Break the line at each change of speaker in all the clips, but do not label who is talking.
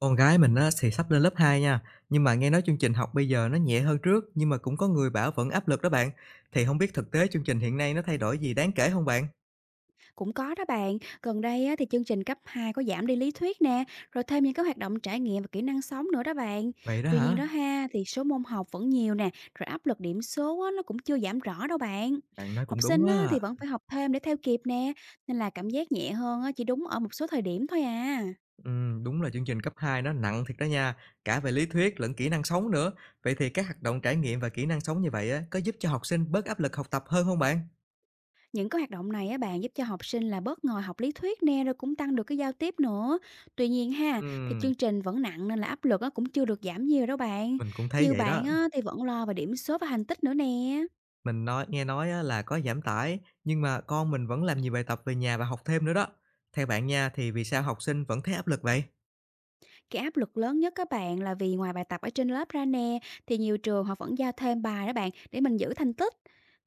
Con gái mình á, thì sắp lên lớp 2 nha, nhưng mà nghe nói chương trình học bây giờ nó nhẹ hơn trước, nhưng mà cũng có người bảo vẫn áp lực đó bạn. Thì không biết thực tế chương trình hiện nay nó thay đổi gì đáng kể không bạn?
Cũng có đó bạn, gần đây á, thì chương trình cấp 2 có giảm đi lý thuyết nè, rồi thêm những cái hoạt động trải nghiệm và kỹ năng sống nữa đó bạn.
Vậy đó
Tuy nhiên
hả?
đó ha, thì số môn học vẫn nhiều nè, rồi áp lực điểm số á, nó cũng chưa giảm rõ đâu bạn.
Bạn nói cũng
Học
đúng
sinh á,
á.
thì vẫn phải học thêm để theo kịp nè, nên là cảm giác nhẹ hơn á, chỉ đúng ở một số thời điểm thôi à.
Đúng là chương trình cấp 2 nó nặng thiệt đó nha, cả về lý thuyết lẫn kỹ năng sống nữa. Vậy thì các hoạt động trải nghiệm và kỹ năng sống như vậy á, có giúp cho học sinh bớt áp lực học tập hơn không bạn?
Những cái hoạt động này á bạn, giúp cho học sinh là bớt ngồi học lý thuyết nè, rồi cũng tăng được cái giao tiếp nữa. Tuy nhiên ha, thì
Ừm,
chương trình vẫn nặng, nên là áp lực á cũng chưa được giảm nhiều đâu bạn.
mình cũng thấy
Nhiều
vậy
bạn
đó.
á thì vẫn lo về điểm số và thành tích nữa nè.
Mình nói nghe nói á là có giảm tải, nhưng mà con mình vẫn làm nhiều bài tập về nhà và học thêm nữa đó. Theo bạn nha, thì vì sao học sinh vẫn thấy áp lực vậy?
Cái áp lực lớn nhất các bạn là vì ngoài bài tập ở trên lớp ra nè, thì nhiều trường họ vẫn giao thêm bài đó bạn, để mình giữ thành tích.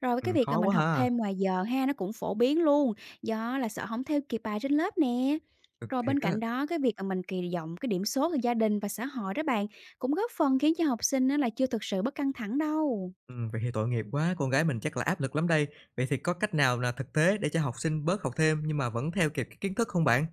Rồi
Ừ,
cái việc mà
khó
mình
quá
học
ha.
thêm ngoài giờ ha, nó cũng phổ biến luôn, do là sợ không theo kịp bài trên lớp nè.
Thực
Rồi
thiệt
bên
á.
cạnh đó, cái việc mà mình kỳ vọng cái điểm số từ gia đình và xã hội đó bạn, cũng góp phần khiến cho học sinh á là chưa thực sự bớt căng thẳng đâu.
Ừ, vậy thì tội nghiệp quá, con gái mình chắc là áp lực lắm đây. Vậy thì có cách nào là thực tế để cho học sinh bớt học thêm nhưng mà vẫn theo kịp cái kiến thức không bạn?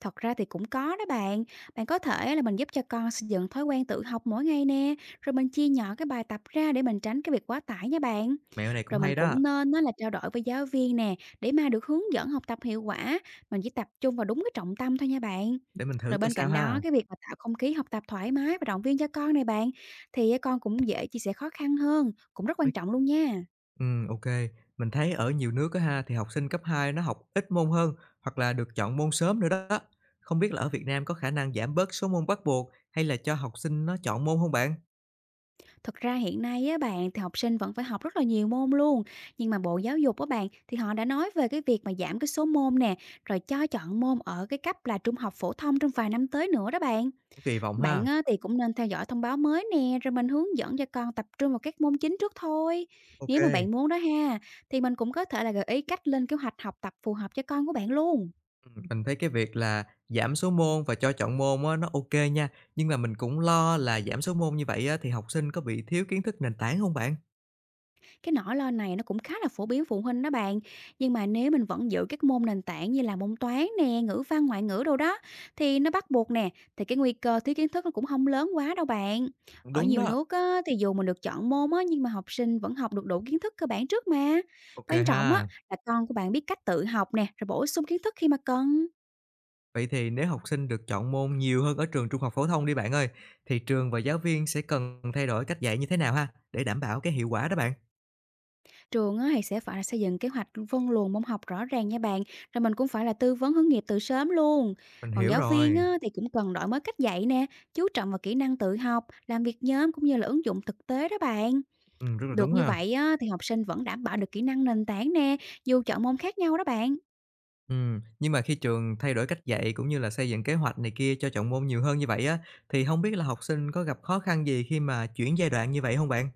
Thật ra thì cũng có đó bạn. Bạn có thể là mình giúp cho con xây dựng thói quen tự học mỗi ngày nè, rồi mình chia nhỏ cái bài tập ra để mình tránh cái việc quá tải nha bạn.
Mẹo này cũng
Rồi mình
hay đó,
cũng nên nó là trao đổi với giáo viên nè, để mà được hướng dẫn học tập hiệu quả, mình chỉ tập trung vào đúng cái trọng tâm thôi nha bạn.
để mình thử
Rồi
coi
bên
sao
cạnh đó,
ha.
cái việc mà tạo không khí học tập thoải mái và động viên cho con này bạn, thì con cũng dễ chia sẻ khó khăn hơn, cũng rất
Ấy.
quan trọng luôn nha.
Ừm, ô Mình thấy ở nhiều nước á ha, thì học sinh cấp 2 nó học ít môn hơn hoặc là được chọn môn sớm nữa đó. Không biết là ở Việt Nam có khả năng giảm bớt số môn bắt buộc hay là cho học sinh nó chọn môn không bạn?
Thực ra hiện nay á bạn, thì học sinh vẫn phải học rất là nhiều môn luôn, nhưng mà Bộ Giáo dục á bạn, thì họ đã nói về cái việc mà giảm cái số môn nè, rồi cho chọn môn ở cái cấp là trung học phổ thông trong vài năm tới nữa đó bạn.
Kỳ vọng
Bạn
ha.
á thì cũng nên theo dõi thông báo mới nè, rồi mình hướng dẫn cho con tập trung vào các môn chính trước thôi.
Ok.
Nếu mà bạn muốn đó ha, thì mình cũng có thể là gợi ý cách lên kế hoạch học tập phù hợp cho con của bạn luôn.
Mình thấy cái việc là giảm số môn và cho chọn môn á, nó ok nha, nhưng mà mình cũng lo là giảm số môn như vậy á, thì học sinh có bị thiếu kiến thức nền tảng không bạn?
Cái nỗi lo này nó cũng khá là phổ biến phụ huynh đó bạn. Nhưng mà nếu mình vẫn giữ các môn nền tảng, như là môn toán nè, ngữ văn, ngoại ngữ đâu đó thì nó bắt buộc nè, thì cái nguy cơ thiếu kiến thức nó cũng không lớn quá đâu bạn.
Cũng
Ở
đúng
nhiều
đó.
nước á, thì dù mình được chọn môn á, nhưng mà học sinh vẫn học được đủ kiến thức cơ bản trước mà.
Ok
Quan trọng á,
ha.
là con của bạn biết cách tự học nè, rồi bổ sung kiến thức khi mà cần.
Vậy thì nếu học sinh được chọn môn nhiều hơn ở trường trung học phổ thông đi bạn ơi, thì trường và giáo viên sẽ cần thay đổi cách dạy như thế nào ha, để đảm bảo cái hiệu quả đó bạn?
Trường á, thì sẽ phải là xây dựng kế hoạch phân luồng môn học rõ ràng nha bạn, rồi mình cũng phải là tư vấn hướng nghiệp từ sớm luôn.
Mình
Còn
hiểu
giáo viên
rồi,
á, thì cũng cần đổi mới cách dạy nè, chú trọng vào kỹ năng tự học, làm việc nhóm, cũng như là ứng dụng thực tế đó bạn.
rất là
Được
đúng
như
ha.
vậy á, thì học sinh vẫn đảm bảo được kỹ năng nền tảng nè, dù chọn môn khác nhau đó bạn.
Nhưng mà khi trường thay đổi cách dạy cũng như là xây dựng kế hoạch này kia cho chọn môn nhiều hơn như vậy á, thì không biết là học sinh có gặp khó khăn gì khi mà chuyển giai đoạn như vậy không bạn?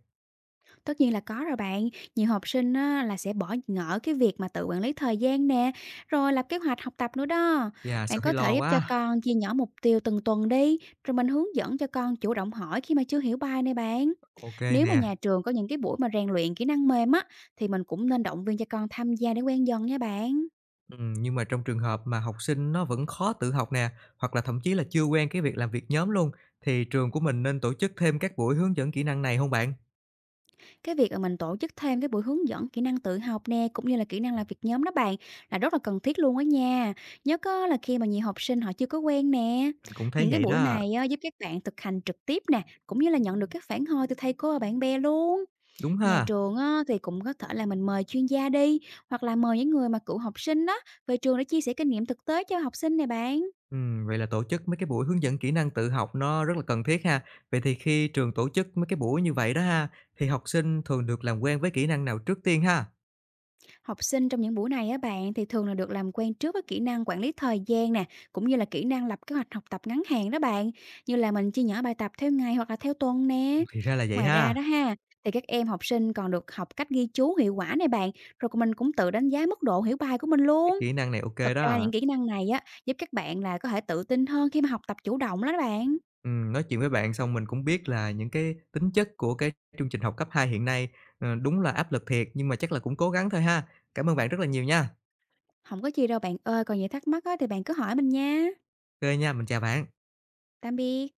Tất nhiên là có rồi bạn. Nhiều học sinh á, là sẽ bỏ ngỏ cái việc mà tự quản lý thời gian nè, rồi lập kế hoạch học tập nữa đó.
Dạ sao
Bạn
thấy
có
lo
thể giúp cho
quá.
con chia nhỏ mục tiêu từng tuần đi, rồi mình hướng dẫn cho con chủ động hỏi khi mà chưa hiểu bài này bạn.
Ok
Nếu mà
nè.
nhà trường có những cái buổi mà rèn luyện kỹ năng mềm á, thì mình cũng nên động viên cho con tham gia để quen dần nha bạn.
Nhưng mà trong trường hợp mà học sinh nó vẫn khó tự học nè, hoặc là thậm chí là chưa quen cái việc làm việc nhóm luôn, thì trường của mình nên tổ chức thêm các buổi hướng dẫn kỹ năng này không bạn?
Cái việc mà mình tổ chức thêm cái buổi hướng dẫn kỹ năng tự học nè, cũng như là kỹ năng làm việc nhóm đó bạn, là rất là cần thiết luôn á nha. Nhất á là khi mà nhiều học sinh họ chưa có quen nè.
Mình cũng thấy
Những cái
vậy
buổi
đó,
này á, giúp các bạn thực hành trực tiếp nè, cũng như là nhận được các phản hồi từ thầy cô và bạn bè luôn.
đúng
Nhà
ha?
trường á, thì cũng có thể là mình mời chuyên gia đi, hoặc là mời những người mà cựu học sinh đó về trường để chia sẻ kinh nghiệm thực tế cho học sinh nè bạn.
Vậy là tổ chức mấy cái buổi hướng dẫn kỹ năng tự học nó rất là cần thiết ha. Vậy thì khi trường tổ chức mấy cái buổi như vậy đó ha, thì học sinh thường được làm quen với kỹ năng nào trước tiên ha?
Học sinh trong những buổi này á bạn, thì thường là được làm quen trước với kỹ năng quản lý thời gian nè, cũng như là kỹ năng lập kế hoạch học tập ngắn hạn đó bạn, như là mình chia nhỏ bài tập theo ngày hoặc là theo tuần nè.
Thì ra là vậy
Ngoài ra
ha,
đó ha, thì các em học sinh còn được học cách ghi chú hiệu quả này bạn, rồi mình cũng tự đánh giá mức độ hiểu bài của mình
cái
luôn.
kỹ năng này ok
Thật ra
đó.
những kỹ năng này á, giúp các bạn là có thể tự tin hơn khi mà học tập chủ động đó bạn.
Nói chuyện với bạn xong mình cũng biết là những cái tính chất của cái chương trình học cấp 2 hiện nay, đúng là áp lực thiệt, nhưng mà chắc là cũng cố gắng thôi ha. Cảm ơn bạn rất là nhiều nha.
Không có gì đâu bạn ơi, còn gì thắc mắc á thì bạn cứ hỏi mình nha.
OK nha, mình chào bạn.
Tạm biệt.